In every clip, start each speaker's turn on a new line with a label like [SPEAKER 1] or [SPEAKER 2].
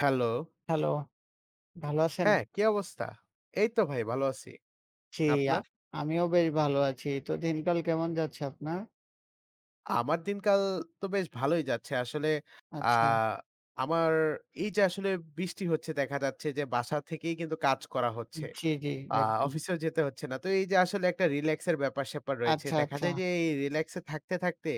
[SPEAKER 1] Hello.
[SPEAKER 2] Hello, ভালো আছেন?
[SPEAKER 1] হ্যাঁ, কি অবস্থা? এই তো ভাই ভালো আছি।
[SPEAKER 2] জি, আ
[SPEAKER 1] আপনার?
[SPEAKER 2] আমিও বেশ ভালো আছি। তো দিনকাল কেমন যাচ্ছে আপনার?
[SPEAKER 1] আমার দিনকাল তো বেশ ভালোই যাচ্ছে। আসলে আ
[SPEAKER 2] আচ্ছা,
[SPEAKER 1] আমার এই যে আসলে বৃষ্টি হচ্ছে দেখা যাচ্ছে যে বাসা থেকেই কিন্তু কাজ করা হচ্ছে।
[SPEAKER 2] জি, জি,
[SPEAKER 1] আ
[SPEAKER 2] একদম।
[SPEAKER 1] অফিসেও যেতে হচ্ছে না। তো এই যে আসলে একটা রিল্যাক্স এর ব্যাপার-স্যাপার রয়েছে।
[SPEAKER 2] আচ্ছা,
[SPEAKER 1] দেখা
[SPEAKER 2] আচ্ছা,
[SPEAKER 1] যায় যে এই রিল্যাক্স এ থাকতে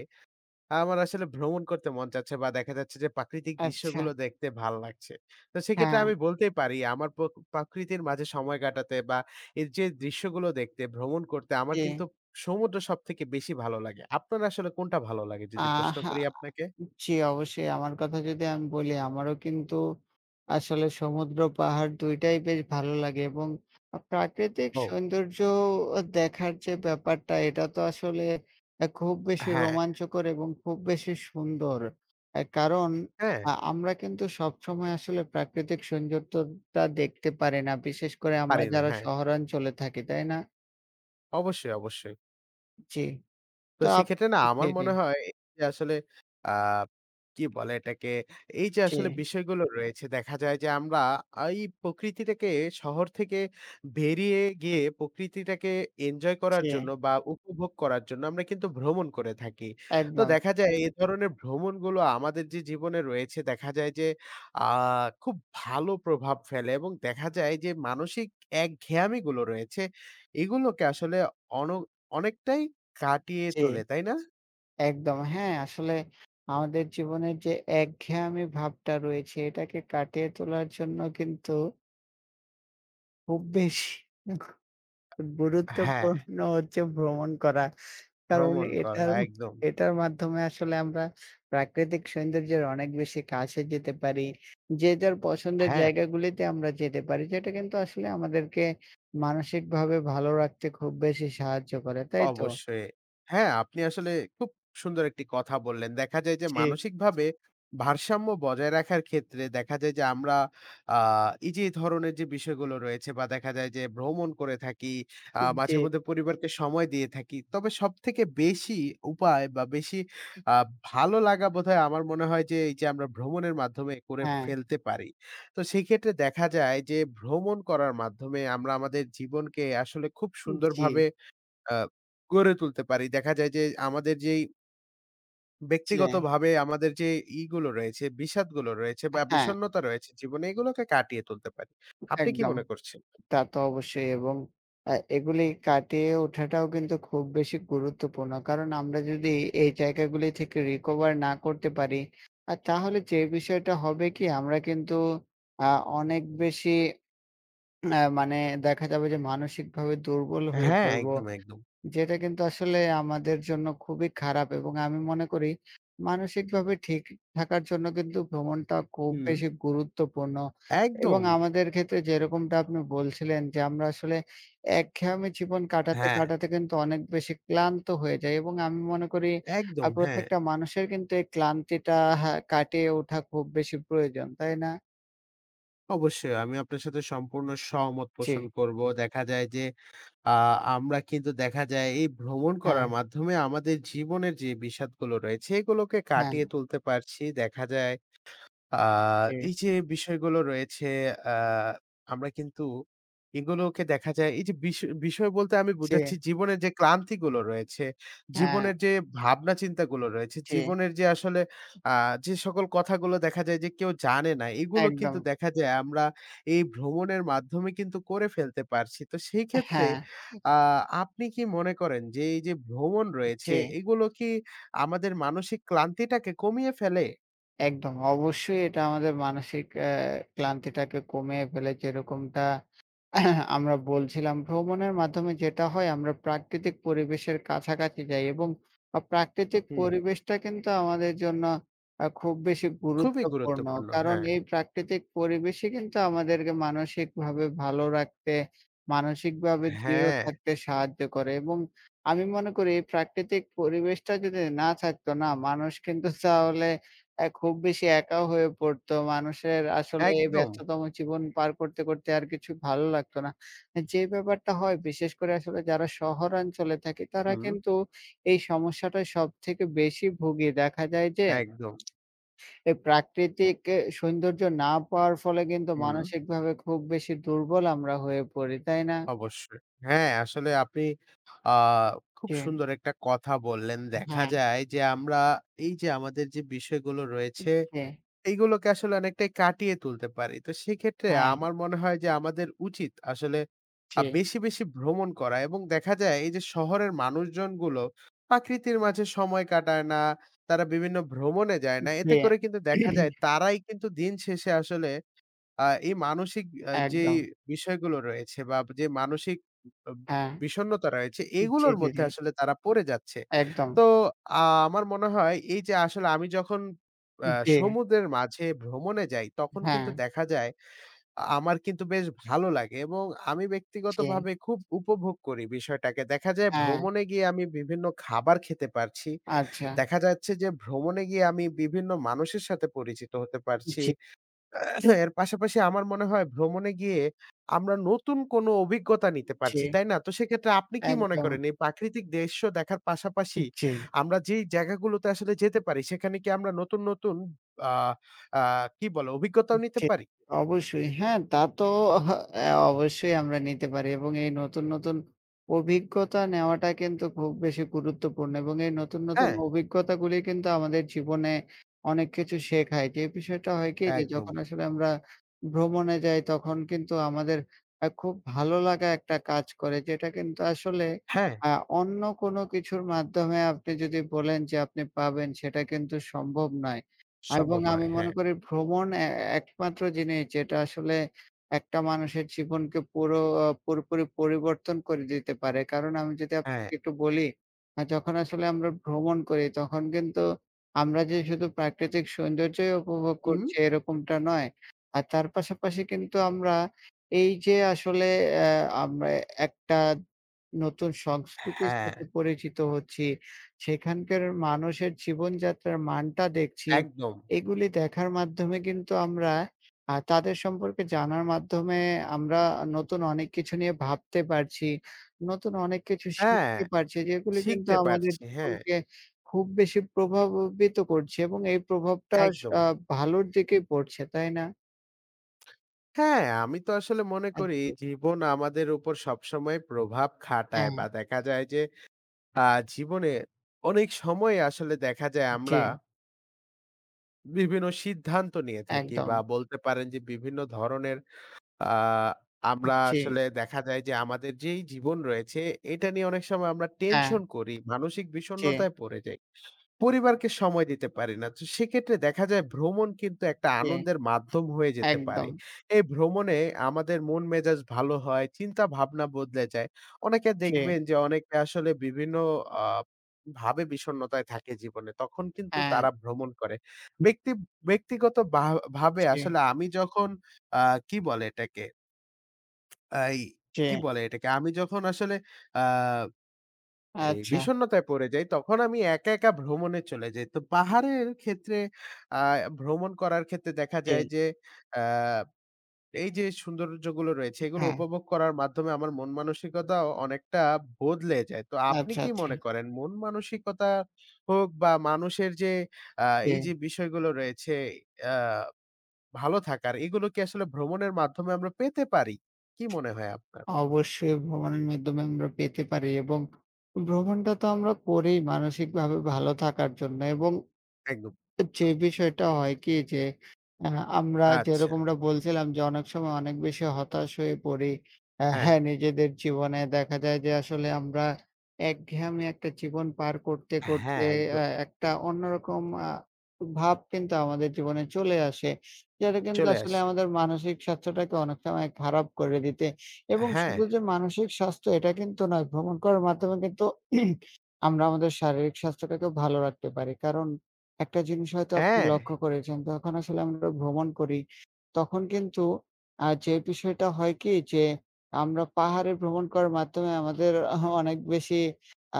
[SPEAKER 1] আমার আসলে ভ্রমণ করতে মন চাচ্ছে বা দেখা যাচ্ছে যে প্রাকৃতিক
[SPEAKER 2] আচ্ছা,
[SPEAKER 1] দৃশ্যগুলো দেখতে ভাল লাগছে। তো সেক্ষেত্রে
[SPEAKER 2] হ্যাঁ,
[SPEAKER 1] আমি বলতেই পারি আমার প্রকৃতির মাঝে সময় কাটাতে বা এর যে দৃশ্যগুলো দেখতে, ভ্রমণ করতে আমার
[SPEAKER 2] জি।
[SPEAKER 1] কিন্তু সমুদ্র সবথেকে বেশি ভালো লাগে। আপনার আসলে কোনটা ভালো লাগে যদি প্রশ্ন
[SPEAKER 2] আহা
[SPEAKER 1] করি আপনাকে?
[SPEAKER 2] জি, অবশ্যই। আমার কথা যদি আমি বলি, আমারও কিন্তু আসলে সমুদ্র, পাহাড় ২ টাই বেশ ভালো লাগে এবং প্রাকৃতিক
[SPEAKER 1] ও।
[SPEAKER 2] সৌন্দর্য দেখার যে ব্যাপারটা, এটা তো আসলে খুব বেশি
[SPEAKER 1] হ্যাঁ,
[SPEAKER 2] রোমাঞ্চকর এবং খুব বেশি সুন্দর। কারণ
[SPEAKER 1] হ্যাঁ,
[SPEAKER 2] আমরা কিন্তু সবসময় আসলে প্রাকৃতিক সৌন্দর্যটা দেখতে পারি না। বিশেষ করে আমরা
[SPEAKER 1] পারি না।
[SPEAKER 2] যারা
[SPEAKER 1] হ্যাঁ,
[SPEAKER 2] শহরাঞ্চলে থাকি, তাই না?
[SPEAKER 1] অবশ্যই, অবশ্যই।
[SPEAKER 2] জি।
[SPEAKER 1] তো
[SPEAKER 2] তো আপ
[SPEAKER 1] সেক্ষেত্রে না
[SPEAKER 2] জি,
[SPEAKER 1] আমার
[SPEAKER 2] জি,
[SPEAKER 1] মনে হয় এই যে আসলে আ কি বলে এটাকে? এই যে
[SPEAKER 2] জি,
[SPEAKER 1] আসলে বিষয়গুলো রয়েছে দেখা যায় যে আমরা এই প্রকৃতিটাকে শহর থেকে বেরিয়ে গিয়ে প্রকৃতিটাকে এনজয় করার
[SPEAKER 2] জি,
[SPEAKER 1] জন্য বা উপভোগ করার জন্য আমরা কিন্তু ভ্রমণ করে থাকি। তো
[SPEAKER 2] একদম।
[SPEAKER 1] দেখা যায় এ ধরনের ভ্রমণগুলো আমাদের যে জীবনে রয়েছে দেখা যায় যে আ খুব ভালো প্রভাব ফেলে এবং দেখা যায় যে মানসিক একঘেয়ামিগুলো রয়েছে এগুলোকে আসলে অন অনেকটাই কাটিয়ে
[SPEAKER 2] জি।
[SPEAKER 1] তোলে, তাই না?
[SPEAKER 2] একদম। হ্যাঁ, আসলে আমাদের জীবনের যে একঘেয়েমি ভাবটা রয়েছে এটাকে কাটিয়ে তোলার জন্য কিন্তু খুব বেশি
[SPEAKER 1] হ্যাঁ,
[SPEAKER 2] গুরুত্বপূর্ণ হচ্ছে ভ্রমণ করা। কারণ
[SPEAKER 1] ভ্রমণ করা
[SPEAKER 2] এটার
[SPEAKER 1] একদম।
[SPEAKER 2] এটার মাধ্যমে আসলে আমরা প্রাকৃতিক সৌন্দর্যের অনেক বেশি কাছে যেতে পারি। যে যার পছন্দের
[SPEAKER 1] হ্যাঁ।
[SPEAKER 2] জায়গাগুলিতে আমরা যেতে পারি। যেটা কিন্তু আসলে আমাদেরকে মানসিকভাবে ভালো রাখতে খুব বেশি সাহায্য করে। তাই তো?
[SPEAKER 1] অবশ্যই। হ্যাঁ, আপনি আসলে খুব সুন্দর একটি কথা বললেন। দেখা যায় যে
[SPEAKER 2] জি।
[SPEAKER 1] মানসিকভাবে ভারসাম্য বজায় রাখার ক্ষেত্রে দেখা যায় যে আমরা আ এই যে এই ধরনের যে বিষয়গুলো রয়েছে বা দেখা যায় যে ভ্রমণ করে থাকি,
[SPEAKER 2] জি,
[SPEAKER 1] মাঝেমধ্যে পরিবারকে সময় দিয়ে থাকি। তবে সবথেকে বেশি উপায় বা বেশি আ ভালো লাগা বোধহয় আমার মনে হয় যে এই যে আমরা ভ্রমণের মাধ্যমে করে
[SPEAKER 2] হ্যাঁ,
[SPEAKER 1] ফেলতে পারি। তো সেক্ষেত্রে দেখা যায় যে ভ্রমণ করার মাধ্যমে আমরা আমাদের জীবনকে আসলে খুব
[SPEAKER 2] জি,
[SPEAKER 1] সুন্দরভাবে আ গড়ে তুলতে পারি। দেখা যায় যে আমাদের যেই
[SPEAKER 2] জি।
[SPEAKER 1] ব্যক্তিগতভাবে আমাদের যে ইগুলো রয়েছে, বিষাদগুলো রয়েছে বা
[SPEAKER 2] হ্যাঁ।
[SPEAKER 1] বিষণ্ণতা রয়েছে জীবনে এগুলোকে কাটিয়ে তুলতে পারি। আপনি কি
[SPEAKER 2] একদম।
[SPEAKER 1] মনে করছেন?
[SPEAKER 2] তা তো অবশ্যই এবং এগুলি কাটিয়ে ওঠাটাও কিন্তু খুব বেশি গুরুত্বপূর্ণ। কারণ আমরা যদি এই জায়গাগুলি থেকে recover না করতে পারি, তাহলে যে বিষয়টা হবে কি আমরা কিন্তু আ অনেক বেশি আ মানে দেখা যাবে যে মানসিকভাবে দুর্বল হয়ে
[SPEAKER 1] হ্যাঁ,
[SPEAKER 2] পড়ব।
[SPEAKER 1] একদম, একদম।
[SPEAKER 2] যেটা কিন্তু আসলে আমাদের জন্য খুবই খারাপ এবং আমি মনে করি মানসিকভাবে ঠিক থাকার জন্য কিন্তু ভ্রমণটা খুব
[SPEAKER 1] হুম।
[SPEAKER 2] বেশি গুরুত্বপূর্ণ। এবং
[SPEAKER 1] একদম।
[SPEAKER 2] আমাদের ক্ষেত্রে যেরকমটা আপনি বলছিলেন যে আমরা আসলে একঘেয়েমি জীবন কাটাতে,
[SPEAKER 1] হ্যাঁ,
[SPEAKER 2] কাটাতে কিন্তু অনেক বেশি ক্লান্ত হয়ে যাই এবং আমি মনে করি
[SPEAKER 1] একদম, হ্যাঁ।
[SPEAKER 2] প্রত্যেকটা মানুষের কিন্তু এই ক্লান্তিটা হ্যাঁ, কাটিয়ে ওঠা খুব বেশি প্রয়োজন, তাই না?
[SPEAKER 1] অবশ্যই আমি আপনার সাথে সম্পূর্ণ সহমত
[SPEAKER 2] জি,
[SPEAKER 1] পোষণ করব। দেখা যায় যে আ আমরা কিন্তু দেখা যায় এই ভ্রমণ
[SPEAKER 2] হ্যাঁ,
[SPEAKER 1] করার মাধ্যমে আমাদের জীবনের যে বিষাদগুলো রয়েছে এগুলোকে
[SPEAKER 2] হ্যাঁ,
[SPEAKER 1] কাটিয়ে তুলতে পারছি। দেখা যায় আ
[SPEAKER 2] জি,
[SPEAKER 1] এই যে বিষয়গুলো রয়েছে আ আমরা কিন্তু এগুলোকে দেখা যায় এই যে বিষয় বলতে আমি
[SPEAKER 2] জি,
[SPEAKER 1] বুঝাচ্ছি জীবনের যে ক্লান্তিগুলো রয়েছে,
[SPEAKER 2] হ্যাঁ,
[SPEAKER 1] জীবনের যে ভাবনা চিন্তাগুলো রয়েছে,
[SPEAKER 2] জি,
[SPEAKER 1] জীবনের যে আসলে আ যে সকল কথাগুলো দেখা যায় যে কেউ জানে না, এগুলো
[SPEAKER 2] একদম।
[SPEAKER 1] কিন্তু দেখা যায় আমরা এই ভ্রমণের মাধ্যমে কিন্তু করে ফেলতে পারছি। তো সেই ক্ষেত্রে
[SPEAKER 2] হ্যাঁ,
[SPEAKER 1] আ আপনি কি মনে করেন যে এই যে ভ্রমণ রয়েছে
[SPEAKER 2] জি।
[SPEAKER 1] এগুলো কি আমাদের মানসিক ক্লান্তিটাকে কমিয়ে ফেলে?
[SPEAKER 2] একদম। অবশ্যই এটা আমাদের মানসিক ক্লান্তিটাকে কমিয়ে ফেলে। যেরকমটা আমরা বলছিলাম, ভ্রমণের মাধ্যমে যেটা হয় আমরা প্রাকৃতিক পরিবেশের কাছাকাছি যাই এবং প্রাকৃতিক
[SPEAKER 1] হুম।
[SPEAKER 2] পরিবেশটা কিন্তু আমাদের জন্য খুব বেশি
[SPEAKER 1] খুবই
[SPEAKER 2] গুরুত্বপূর্ণ।
[SPEAKER 1] গুরুত্বপূর্ণ।
[SPEAKER 2] কারণ
[SPEAKER 1] হ্যাঁ,
[SPEAKER 2] এই প্রাকৃতিক পরিবেশই কিন্তু আমাদেরকে মানসিকভাবে ভালো রাখতে, মানসিকভাবে দৃঢ়
[SPEAKER 1] হ্যাঁ,
[SPEAKER 2] থাকতে সাহায্য করে এবং আমি মনে করি এই প্রাকৃতিক পরিবেশটা যদি না থাকতো না, মানুষ কিন্তু তাহলে খুব বেশি একা হয়ে পড়তো। মানুষের আসলে হুম। এই
[SPEAKER 1] একদম।
[SPEAKER 2] ব্যস্ততম জীবন পার করতে, করতে আর কিছু ভালো লাগতো না। যে ব্যাপারটা হয় বিশেষ করে আসলে যারা শহরাঞ্চলে থাকে তারা
[SPEAKER 1] হুম,
[SPEAKER 2] কিন্তু এই সমস্যাটায় সবথেকে বেশি ভুগি। দেখা যায় যে
[SPEAKER 1] একদম।
[SPEAKER 2] এই প্রাকৃতিক এ সৌন্দর্য না পাওয়ার ফলে কিন্তু
[SPEAKER 1] হুম,
[SPEAKER 2] মানসিকভাবে খুব বেশি দুর্বল আমরা হয়ে পড়ি। তাই না?
[SPEAKER 1] অবশ্যই। হ্যাঁ, আসলে আপনি আ খুব
[SPEAKER 2] জি।
[SPEAKER 1] সুন্দর একটা কথা বললেন। দেখা
[SPEAKER 2] হ্যাঁ,
[SPEAKER 1] যায় যে আমরা এই যে আমাদের যে বিষয়গুলো রয়েছে
[SPEAKER 2] জি।
[SPEAKER 1] এইগুলোকে আসলে অনেকটাই কাটিয়ে তুলতে পারি। তো সেক্ষেত্রে
[SPEAKER 2] হ্যাঁ,
[SPEAKER 1] আমার মনে হয় যে আমাদের উচিত আসলে
[SPEAKER 2] জি,
[SPEAKER 1] বেশি, বেশি ভ্রমণ করা এবং দেখা যায় এই যে শহরের মানুষজনগুলো প্রাকৃতির মাঝে সময় কাটায় না, তারা বিভিন্ন ভ্রমণে যায় না। এতে
[SPEAKER 2] জি।
[SPEAKER 1] করে কিন্তু দেখা যায় তারাই কিন্তু দিন শেষে আসলে এই মানসিক যেই
[SPEAKER 2] একদম।
[SPEAKER 1] বিষয়গুলো রয়েছে বা যে মানসিক আ
[SPEAKER 2] হ্যাঁ।
[SPEAKER 1] বিষণ্ণতা রয়েছে
[SPEAKER 2] জি,
[SPEAKER 1] এগুলোর
[SPEAKER 2] জি,
[SPEAKER 1] মধ্যে
[SPEAKER 2] জি।
[SPEAKER 1] আসলে তারা পড়ে যাচ্ছে।
[SPEAKER 2] একদম।
[SPEAKER 1] তো আমার মনে হয় এই যে আসলে আমি যখন আ
[SPEAKER 2] জি,
[SPEAKER 1] সমুদ্রের মাঝে ভ্রমণে যাই তখন
[SPEAKER 2] হ্যাঁ।
[SPEAKER 1] কিন্তু দেখা যায় আমার কিন্তু বেশ ভালো লাগে এবং আমি
[SPEAKER 2] জি,
[SPEAKER 1] ব্যক্তিগতভাবে খুব উপভোগ করি বিষয়টাকে। দেখা যায়
[SPEAKER 2] হ্যাঁ,
[SPEAKER 1] ভ্রমণে গিয়ে আমি বিভিন্ন খাবার খেতে পারছি।
[SPEAKER 2] আচ্ছা।
[SPEAKER 1] দেখা যাচ্ছে যে ভ্রমণে গিয়ে আমি বিভিন্ন মানুষের সাথে পরিচিত হতে পারছি।
[SPEAKER 2] জি,
[SPEAKER 1] হ্যাঁ, এর পাশাপাশি আমার মনে হয় ভ্রমণে গিয়ে আমরা নতুন কোনো অভিজ্ঞতা নিতে
[SPEAKER 2] জি,
[SPEAKER 1] পারছি, তাই না? তো সেক্ষেত্রে আপনি কি মনে
[SPEAKER 2] একদম।
[SPEAKER 1] করেন এই প্রাকৃতিক দৃশ্য দেখার পাশাপাশি
[SPEAKER 2] জি।
[SPEAKER 1] আমরা যেই জায়গাগুলোতে আসলে যেতে পারি সেখানে কি আমরা নতুন, নতুন আ আ কি বলে অভিজ্ঞতাও নিতে
[SPEAKER 2] জি,
[SPEAKER 1] পারি?
[SPEAKER 2] অবশ্যই। হ্যাঁ, তা তো অ্যা অবশ্যই আমরা নিতে পারি এবং এই নতুন, নতুন অভিজ্ঞতা নেওয়াটা কিন্তু খুব বেশি গুরুত্বপূর্ণ এবং এই নতুন, নতুন
[SPEAKER 1] হ্যাঁ,
[SPEAKER 2] অভিজ্ঞতাগুলি কিন্তু আমাদের জীবনে অনেক কিছু শেখায়। যে বিষয়টা হয় কি যে
[SPEAKER 1] একদম।
[SPEAKER 2] যখন আসলে আমরা ভ্রমণে যাই তখন কিন্তু আমাদের খুব ভালো লাগা একটা কাজ করে যেটা কিন্তু আসলে
[SPEAKER 1] হ্যাঁ,
[SPEAKER 2] আ অন্য কোনো কিছুর মাধ্যমে আপনি যদি বলেন যে আপনি পাবেন সেটা কিন্তু সম্ভব নয়। এবং
[SPEAKER 1] সম্ভব নয়।
[SPEAKER 2] আমি মনে
[SPEAKER 1] হ্যাঁ,
[SPEAKER 2] করি ভ্রমণ এ একমাত্র জিনিস যেটা আসলে একটা মানুষের জীবনকে পুরোপুরি পরিবর্তন করে দিতে পারে। কারণ আমি যদি
[SPEAKER 1] হ্যাঁ।
[SPEAKER 2] আপনাকে একটু বলি, যখন আসলে আমরা ভ্রমণ করি তখন কিন্তু আমরা যে শুধু প্রাকৃতিক সৌন্দর্যই উপভোগ
[SPEAKER 1] হুম।
[SPEAKER 2] করছি এরকমটা নয়। আর তার পাশাপাশি কিন্তু আমরা এই যে আসলে অ্যা আমরা একটা নতুন সংস্কৃতির
[SPEAKER 1] হ্যাঁ,
[SPEAKER 2] সাথে পরিচিত হচ্ছি, সেখানকার মানুষের জীবনযাত্রার মানটা দেখছি।
[SPEAKER 1] একদম।
[SPEAKER 2] এগুলি দেখার মাধ্যমে কিন্তু আমরা তাদের সম্পর্কে জানার মাধ্যমে আমরা নতুন অনেক কিছু নিয়ে ভাবতে পারছি। নতুন অনেক কিছু
[SPEAKER 1] হ্যাঁ,
[SPEAKER 2] শিখতে পারছি যেগুলি কিন্তু
[SPEAKER 1] শিখতে
[SPEAKER 2] আমাদের
[SPEAKER 1] পারছি। হ্যাঁ,
[SPEAKER 2] জীবনকে খুব বেশি প্রভাবিত করছে এবং এই প্রভাবটা আস
[SPEAKER 1] একদম।
[SPEAKER 2] আ ভালোর দিকেই পড়ছে, তাই না?
[SPEAKER 1] হ্যাঁ, আমি তো আসলে মনে করি
[SPEAKER 2] জি,
[SPEAKER 1] জীবন আমাদের উপর সবসময় প্রভাব খাটায়
[SPEAKER 2] হ্যাঁ,
[SPEAKER 1] বা দেখা যায় যে আ জীবনে অনেক সময় আসলে দেখা যায়
[SPEAKER 2] জি,
[SPEAKER 1] আমরা বিভিন্ন সিদ্ধান্ত নিয়ে থাকি
[SPEAKER 2] একদম।
[SPEAKER 1] বা বলতে পারেন যে বিভিন্ন ধরনের আ আমরা
[SPEAKER 2] জি,
[SPEAKER 1] আসলে দেখা যায় যে আমাদের যেই জীবন রয়েছে এটা নিয়ে অনেক সময় আমরা
[SPEAKER 2] হ্যাঁ,
[SPEAKER 1] টেনশন করি, মানসিক
[SPEAKER 2] জি,
[SPEAKER 1] বিষণ্ণতায় পড়ে যাই। পরিবারকে সময় দিতে পারি না। তো সেক্ষেত্রে দেখা যায় ভ্রমণ কিন্তু একটা
[SPEAKER 2] জি,
[SPEAKER 1] আনন্দের মাধ্যম হয়ে যেতে পারে।
[SPEAKER 2] একদম।
[SPEAKER 1] এই ভ্রমণে আমাদের মন মেজাজ ভালো হয়, চিন্তা ভাবনা বদলে যায়। অনেকে
[SPEAKER 2] জি,
[SPEAKER 1] দেখবেন যে অনেকে আসলে বিভিন্ন আ ভাবে বিষণ্ণতায় থাকে জীবনে। তখন কিন্তু
[SPEAKER 2] হ্যাঁ,
[SPEAKER 1] তারা ভ্রমণ করে। ব্যক্তি ব্যক্তিগত ভাবে
[SPEAKER 2] জি,
[SPEAKER 1] আসলে আমি যখন আ কি বলে এটাকে? এই
[SPEAKER 2] জি,
[SPEAKER 1] কি বলে এটাকে? আমি যখন আসলে আ এই
[SPEAKER 2] আচ্ছা,
[SPEAKER 1] বিষণ্ণতায় পড়ে যাই, তখন আমি একা, একা ভ্রমণে চলে যাই। তো পাহাড়ের ক্ষেত্রে আ ভ্রমণ করার ক্ষেত্রে দেখা
[SPEAKER 2] জি,
[SPEAKER 1] যায় যে, আ এই যে সৌন্দর্যগুলো রয়েছে, এগুলো
[SPEAKER 2] হ্যাঁ,
[SPEAKER 1] উপভোগ করার মাধ্যমে আমার মন মানসিকতাও অনেকটা বদলে যায়। তো আপনি
[SPEAKER 2] আচ্ছা,
[SPEAKER 1] কি
[SPEAKER 2] জি,
[SPEAKER 1] মনে করেন মন মানসিকতা হোক বা মানুষের যে
[SPEAKER 2] জি।
[SPEAKER 1] এই যে বিষয়গুলো রয়েছে, আ ভালো থাকার, এগুলো কি আসলে ভ্রমণের মাধ্যমে আমরা পেতে পারি? কি মনে হয় আপনার?
[SPEAKER 2] অবশ্যই ভ্রমণের মাধ্যমে আমরা পেতে পারি এবং ভ্রমণটা তো আমরা করি মানসিকভাবে ভালো থাকার জন্য এবং
[SPEAKER 1] একদম।
[SPEAKER 2] যে বিষয়টা হয় কি যে, আ আমরা
[SPEAKER 1] আচ্ছা।
[SPEAKER 2] যেরকমটা বলছিলাম যে অনেক সময় অনেক বেশি হতাশ হয়ে পড়ি।
[SPEAKER 1] হ্যাঁ,
[SPEAKER 2] হ্যাঁ, নিজেদের জীবনে দেখা যায় যে আসলে আমরা একঘেয়েমি একটা জীবন পার করতে,
[SPEAKER 1] হ্যাঁ,
[SPEAKER 2] করতে
[SPEAKER 1] একদম।
[SPEAKER 2] একটা অন্যরকম ভাব কিন্তু আমাদের জীবনে চলে আসে। যেটা কিন্তু
[SPEAKER 1] চলে
[SPEAKER 2] আসলে
[SPEAKER 1] আসি।
[SPEAKER 2] আমাদের মানসিক স্বাস্থ্যটাকে অনেক সময় খারাপ করে দিতে এবং
[SPEAKER 1] হ্যাঁ,
[SPEAKER 2] শুধু যে মানসিক স্বাস্থ্য এটা কিন্তু নয়, ভ্রমণ করার মাধ্যমে কিন্তু আমরা আমাদের শারীরিক স্বাস্থ্যটাকেও ভালো রাখতে পারি। কারণ একটা জিনিস হয়তো আপনি
[SPEAKER 1] হ্যাঁ,
[SPEAKER 2] লক্ষ্য করেছেন, যখন আসলে আমরা ভ্রমণ করি, তখন কিন্তু যে বিষয়টা হয় কি যে, আমরা পাহাড়ে ভ্রমণ করার মাধ্যমে আমাদের অনেক বেশি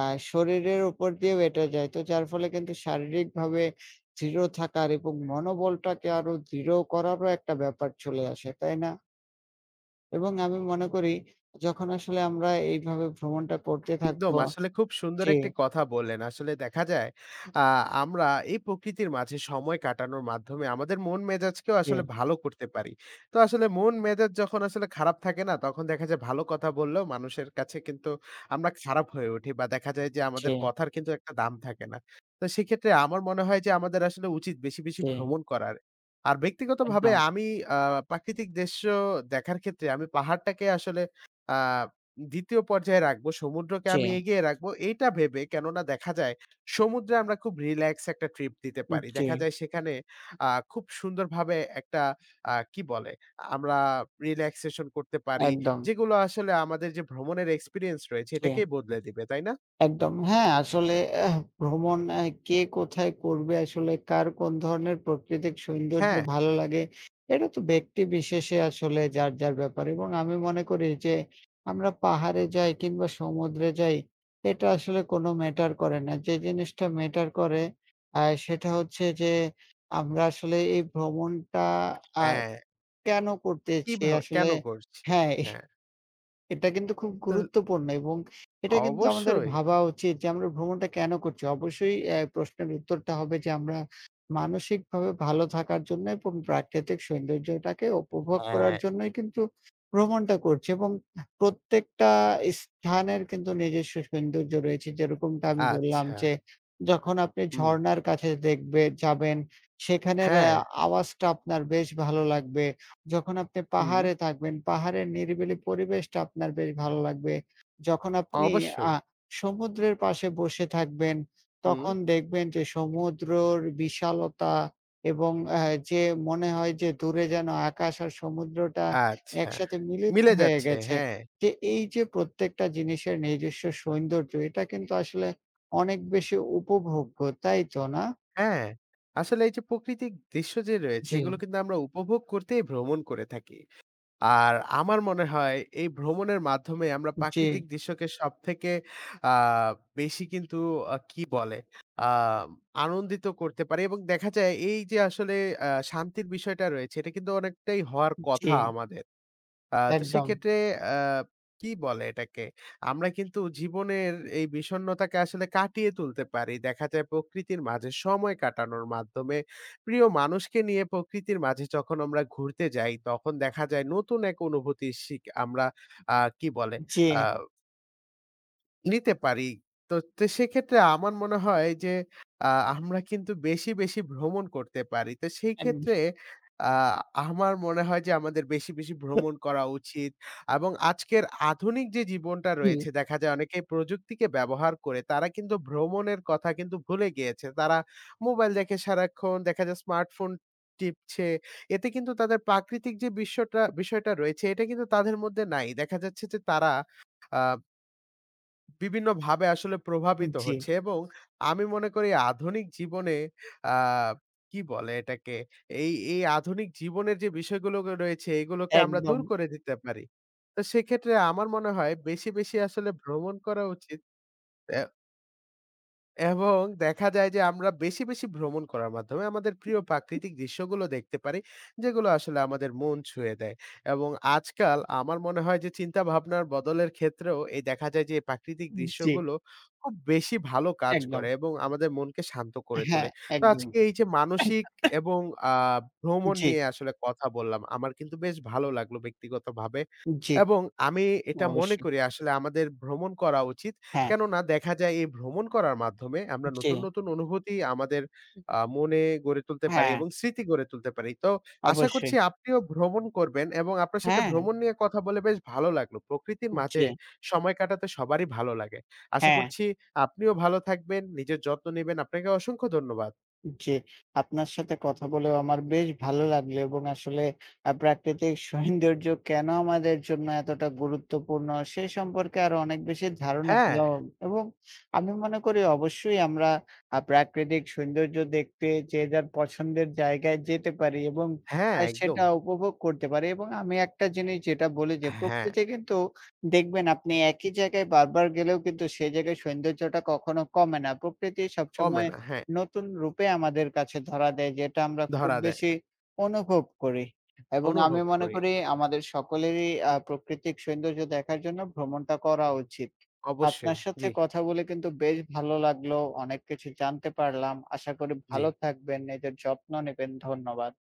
[SPEAKER 2] আ শরীরের উপর দিয়ে এটা যায়। তো যার ফলে কিন্তু শারীরিকভাবে দৃঢ় থাকার এবং মনোবলটাকে আরো দৃঢ় করারও একটা ব্যাপার চলে আসে, তাই না? এবং আমি মনে করি যখন আসলে আমরা এইভাবে ভ্রমণটা করতে
[SPEAKER 1] একদম।
[SPEAKER 2] থাকবো
[SPEAKER 1] আসলে খুব সুন্দর
[SPEAKER 2] জি,
[SPEAKER 1] একটি কথা বললেন। আসলে দেখা যায় আ আমরা এই প্রকৃতির মাঝে সময় কাটানোর মাধ্যমে আমাদের মন মেজাজকেও
[SPEAKER 2] জি,
[SPEAKER 1] আসলে ভালো করতে পারি। তো আসলে মন মেজাজ যখন আসলে খারাপ থাকে না, তখন দেখা যায় ভালো কথা বললেও মানুষের কাছে কিন্তু আমরা খারাপ হয়ে উঠি বা দেখা যায় যে
[SPEAKER 2] জি,
[SPEAKER 1] আমাদের কথার কিন্তু একটা দাম থাকে না। তো সেক্ষেত্রে আমার মনে হয় যে আমাদের আসলে উচিত বেশি, বেশি
[SPEAKER 2] জি,
[SPEAKER 1] ভ্রমণ করার। আর ব্যক্তিগতভাবে
[SPEAKER 2] একদম।
[SPEAKER 1] আমি আ প্রাকৃতিক দৃশ্য দেখার ক্ষেত্রে আমি পাহাড়টাকে আসলে আ দ্বিতীয় পর্যায়ে রাখবো, সমুদ্রকে
[SPEAKER 2] জি,
[SPEAKER 1] আমি এগিয়ে রাখবো এইটা ভেবে কেননা দেখা যায় সমুদ্রে আমরা খুব রিল্যাক্স একটা ট্রিপ দিতে পারি।
[SPEAKER 2] জি,
[SPEAKER 1] দেখা যায় সেখানে খুব সুন্দরভাবে একটা কি বলে? আমরা রিল্যাক্সেশন করতে পারি।
[SPEAKER 2] একদম।
[SPEAKER 1] যেগুলো আসলে আমাদের যে ভ্রমণের এক্সপেরিয়েন্স রয়েছে
[SPEAKER 2] জি,
[SPEAKER 1] এটাকেই বদলে দিবে, তাই না?
[SPEAKER 2] একদম। হ্যাঁ, আসলে ভ্রমণ কে কোথায় করবে, আসলে কার কোন ধরনের প্রাকৃতিক সৌন্দর্য
[SPEAKER 1] হ্যাঁ,
[SPEAKER 2] ভালো লাগে, এটা তো ব্যক্তি বিশেষে আসলে যার, যার ব্যাপার এবং আমি মনে করি যে আমরা পাহাড়ে যাই কিংবা সমুদ্রে যাই, এটা আসলে কোনো ম্যাটার করে না। যে জিনিসটা ম্যাটার করে আ সেটা হচ্ছে যে আমরা আসলে এই ভ্রমণটা আ
[SPEAKER 1] হ্যাঁ,
[SPEAKER 2] কেন করতেছি
[SPEAKER 1] কিভাবে
[SPEAKER 2] আসলে
[SPEAKER 1] কেন করছি?
[SPEAKER 2] হ্যাঁ।
[SPEAKER 1] হ্যাঁ,
[SPEAKER 2] এটা কিন্তু খুব
[SPEAKER 1] তো
[SPEAKER 2] গুরুত্বপূর্ণ এবং এটা কিন্তু আমাদের
[SPEAKER 1] অবশ্যই।
[SPEAKER 2] ভাবা উচিত যে আমরা ভ্রমণটা কেন করছি? অবশ্যই প্রশ্নের উত্তরটা হবে যে আমরা মানসিকভাবে ভালো থাকার জন্য এবং প্রাকৃতিক সৌন্দর্যটাকে উপভোগ করার
[SPEAKER 1] হ্যাঁ,
[SPEAKER 2] জন্যই কিন্তু ভ্রমণটা করছি এবং প্রত্যেকটা স্থানের কিন্তু নিজস্ব সৌন্দর্য রয়েছে। যেরকমটা আমি বললাম
[SPEAKER 1] আচ্ছা।
[SPEAKER 2] যে যখন আপনি
[SPEAKER 1] হুম।
[SPEAKER 2] ঝরনার কাছে দেখবে যাবেন সেখানের
[SPEAKER 1] হ্যাঁ,
[SPEAKER 2] আওয়াজটা আপনার বেশ ভালো লাগবে। যখন আপনি
[SPEAKER 1] হুম,
[SPEAKER 2] পাহাড়ে থাকবেন, পাহাড়ের নিরিবিলি পরিবেশটা আপনার বেশ ভালো লাগবে। যখন আপনি
[SPEAKER 1] অবশ্যই।
[SPEAKER 2] আ সমুদ্রের পাশে বসে থাকবেন,
[SPEAKER 1] হুম,
[SPEAKER 2] তখন দেখবেন যে সমুদ্রর বিশালতা এবং অ্যা যে মনে হয় যে দূরে যেন আকাশ আর সমুদ্রটা
[SPEAKER 1] আচ্ছা।
[SPEAKER 2] একসাথে মিলিত
[SPEAKER 1] মিলে
[SPEAKER 2] হয়ে
[SPEAKER 1] যাচ্ছে,
[SPEAKER 2] গেছে।
[SPEAKER 1] হ্যাঁ।
[SPEAKER 2] যে এই যে প্রত্যেকটা জিনিসের নিজস্ব সৌন্দর্য, এটা কিন্তু আসলে অনেক বেশি উপভোগ্য, তাই তো না?
[SPEAKER 1] হ্যাঁ, আসলে এই যে প্রকৃতিক দৃশ্য যে রয়েছে
[SPEAKER 2] জি,
[SPEAKER 1] এগুলো কিন্তু আমরা উপভোগ করতেই ভ্রমণ করে থাকি। আর আমার মনে হয় এই ভ্রমণের মাধ্যমে আমরা
[SPEAKER 2] জি,
[SPEAKER 1] প্রাকৃতিক দৃশ্যকে সবথেকে আ বেশি কিন্তু কি বলে? আ আনন্দিত করতে পারি এবং দেখা যায় এই যে আসলে শান্তির বিষয়টা রয়েছে এটা কিন্তু অনেকটাই হওয়ার
[SPEAKER 2] জি,
[SPEAKER 1] কথা আমাদের। তো
[SPEAKER 2] একদম।
[SPEAKER 1] সেক্ষেত্রে আ কি বলে এটাকে? আমরা কিন্তু জীবনের এই বিষণ্ণতাকে আসলে কাটিয়ে তুলতে পারি। দেখা যায় প্রকৃতির মাঝে সময় কাটানোর মাধ্যমে। প্রিয় মানুষকে নিয়ে প্রকৃতির মাঝে যখন আমরা ঘুরতে যাই, তখন দেখা যায় নতুন এক অনুভূতির শিক আমরা কি বলে?
[SPEAKER 2] জি,
[SPEAKER 1] আ নিতে পারি। তো তো সেক্ষেত্রে আমার মনে হয় যে আ আমরা কিন্তু বেশি, বেশি ভ্রমণ করতে পারি। তো সেই
[SPEAKER 2] এক
[SPEAKER 1] ক্ষেত্রে আ আমার মনে হয় যে আমাদের বেশি, বেশি ভ্রমণ করা উচিত এবং আজকের আধুনিক যে জীবনটা
[SPEAKER 2] জি।
[SPEAKER 1] রয়েছে দেখা যায় অনেকেই প্রযুক্তিকে ব্যবহার করে তারা কিন্তু ভ্রমণের কথা কিন্তু ভুলে গিয়েছে। তারা মোবাইল দেখে সারাক্ষণ দেখা যায় স্মার্টফোন টিপছে। এতে কিন্তু তাদের প্রাকৃতিক যে বিশ্বটা বিষয়টা রয়েছে এটা কিন্তু তাদের মধ্যে নাই। দেখা যাচ্ছে যে তারা আ বিভিন্নভাবে আসলে প্রভাবিত
[SPEAKER 2] জি,
[SPEAKER 1] হচ্ছে এবং আমি মনে করি আধুনিক জীবনে আ কি বলে এটাকে? এই এই আধুনিক জীবনের যে বিষয়গুলো রয়েছে এগুলোকে আমরা
[SPEAKER 2] একদম।
[SPEAKER 1] দূর করে দিতে পারি। তো সেক্ষেত্রে আমার মনে হয় বেশি, বেশি আসলে ভ্রমণ করা উচিত। অ্যা এবং দেখা যায় যে আমরা বেশি, বেশি ভ্রমণ করার মাধ্যমে আমাদের প্রিয় প্রাকৃতিক দৃশ্যগুলো দেখতে পারি, যেগুলো আসলে আমাদের মন ছুঁয়ে দেয়। এবং আজকাল আমার মনে হয় যে চিন্তা ভাবনার বদলের ক্ষেত্রেও এই দেখা যায় যে এই প্রাকৃতিক
[SPEAKER 2] জি,
[SPEAKER 1] দৃশ্যগুলো খুব বেশি ভালো কাজ
[SPEAKER 2] একদম।
[SPEAKER 1] করে এবং আমাদের মনকে শান্ত করে তোলে।
[SPEAKER 2] হ্যাঁ,
[SPEAKER 1] তো
[SPEAKER 2] একদম।
[SPEAKER 1] আজকে এই যে মানসিক এবং আ ভ্রমণ
[SPEAKER 2] জি,
[SPEAKER 1] নিয়ে আসলে কথা বললাম। আমার কিন্তু বেশ ভালো লাগলো ব্যক্তিগতভাবে।
[SPEAKER 2] জি,
[SPEAKER 1] এবং আমি এটা মনে
[SPEAKER 2] অবশ্যই।
[SPEAKER 1] করি আসলে আমাদের ভ্রমণ করা উচিত।
[SPEAKER 2] হ্যাঁ,
[SPEAKER 1] কেননা দেখা যায় এই ভ্রমণ করার মাধ্যমে আমরা
[SPEAKER 2] জি,
[SPEAKER 1] নতুন, নতুন অনুভূতি আমাদের মনে গড়ে তুলতে পারি
[SPEAKER 2] হ্যাঁ,
[SPEAKER 1] এবং স্মৃতি গড়ে তুলতে পারি। তো আশা করছি
[SPEAKER 2] অবশ্যই।
[SPEAKER 1] আপনিও ভ্রমণ করবেন এবং আপনার সাথে
[SPEAKER 2] হ্যাঁ,
[SPEAKER 1] ভ্রমণ নিয়ে কথা বলে বেশ ভালো লাগলো। প্রকৃতির মাঝে
[SPEAKER 2] জি,
[SPEAKER 1] সময় কাটাতে সবারই ভালো লাগে। আশা
[SPEAKER 2] হ্যাঁ।
[SPEAKER 1] করছি আপনিও ভালো থাকবেন, নিজের যত্ন নিবেন। আপনাকে অসংখ্য ধন্যবাদ।
[SPEAKER 2] জি, আপনার সাথে কথা বলেও আমার বেশ ভালো লাগলো এবং আসলে প্রাকৃতিক সৌন্দর্য কেন আমাদের জন্য এতটা গুরুত্বপূর্ণ সে সম্পর্কে আরো অনেক বেশি ধারণা
[SPEAKER 1] হ্যাঁ,
[SPEAKER 2] পেলাম এবং আমি মনে করি অবশ্যই আমরা প্রাকৃতিক সৌন্দর্য দেখতে যে যার পছন্দের জায়গায় যেতে পারি এবং
[SPEAKER 1] হ্যাঁ, একদম।
[SPEAKER 2] সেটা উপভোগ করতে পারি এবং আমি একটা জিনিস যেটা বলি যে
[SPEAKER 1] হ্যাঁ,
[SPEAKER 2] প্রকৃতি কিন্তু দেখবেন আপনি একই জায়গায় বারবার গেলেও কিন্তু সেই জায়গায় সৌন্দর্যটা কখনো কমে না। প্রকৃতি
[SPEAKER 1] কমে
[SPEAKER 2] সবসময়
[SPEAKER 1] না। হ্যাঁ,
[SPEAKER 2] নতুন রূপে আমাদের কাছে ধরা দেয় যেটা আমরা খুব
[SPEAKER 1] ধরা দেয়।
[SPEAKER 2] বেশি অনুভব করি। এবং আমি
[SPEAKER 1] অনুভব
[SPEAKER 2] মনে
[SPEAKER 1] করি।
[SPEAKER 2] করি আমাদের সকলেরই প্রাকৃতিক সৌন্দর্য দেখার জন্য ভ্রমণটা করা উচিত।
[SPEAKER 1] অবশ্যই।
[SPEAKER 2] আপনার সাথে
[SPEAKER 1] জি,
[SPEAKER 2] কথা বলে কিন্তু বেশ ভালো লাগলো। অনেক কিছু জানতে পারলাম। আশা করি
[SPEAKER 1] জি।
[SPEAKER 2] ভালো থাকবেন, নিজের যত্ন নিবেন। ধন্যবাদ।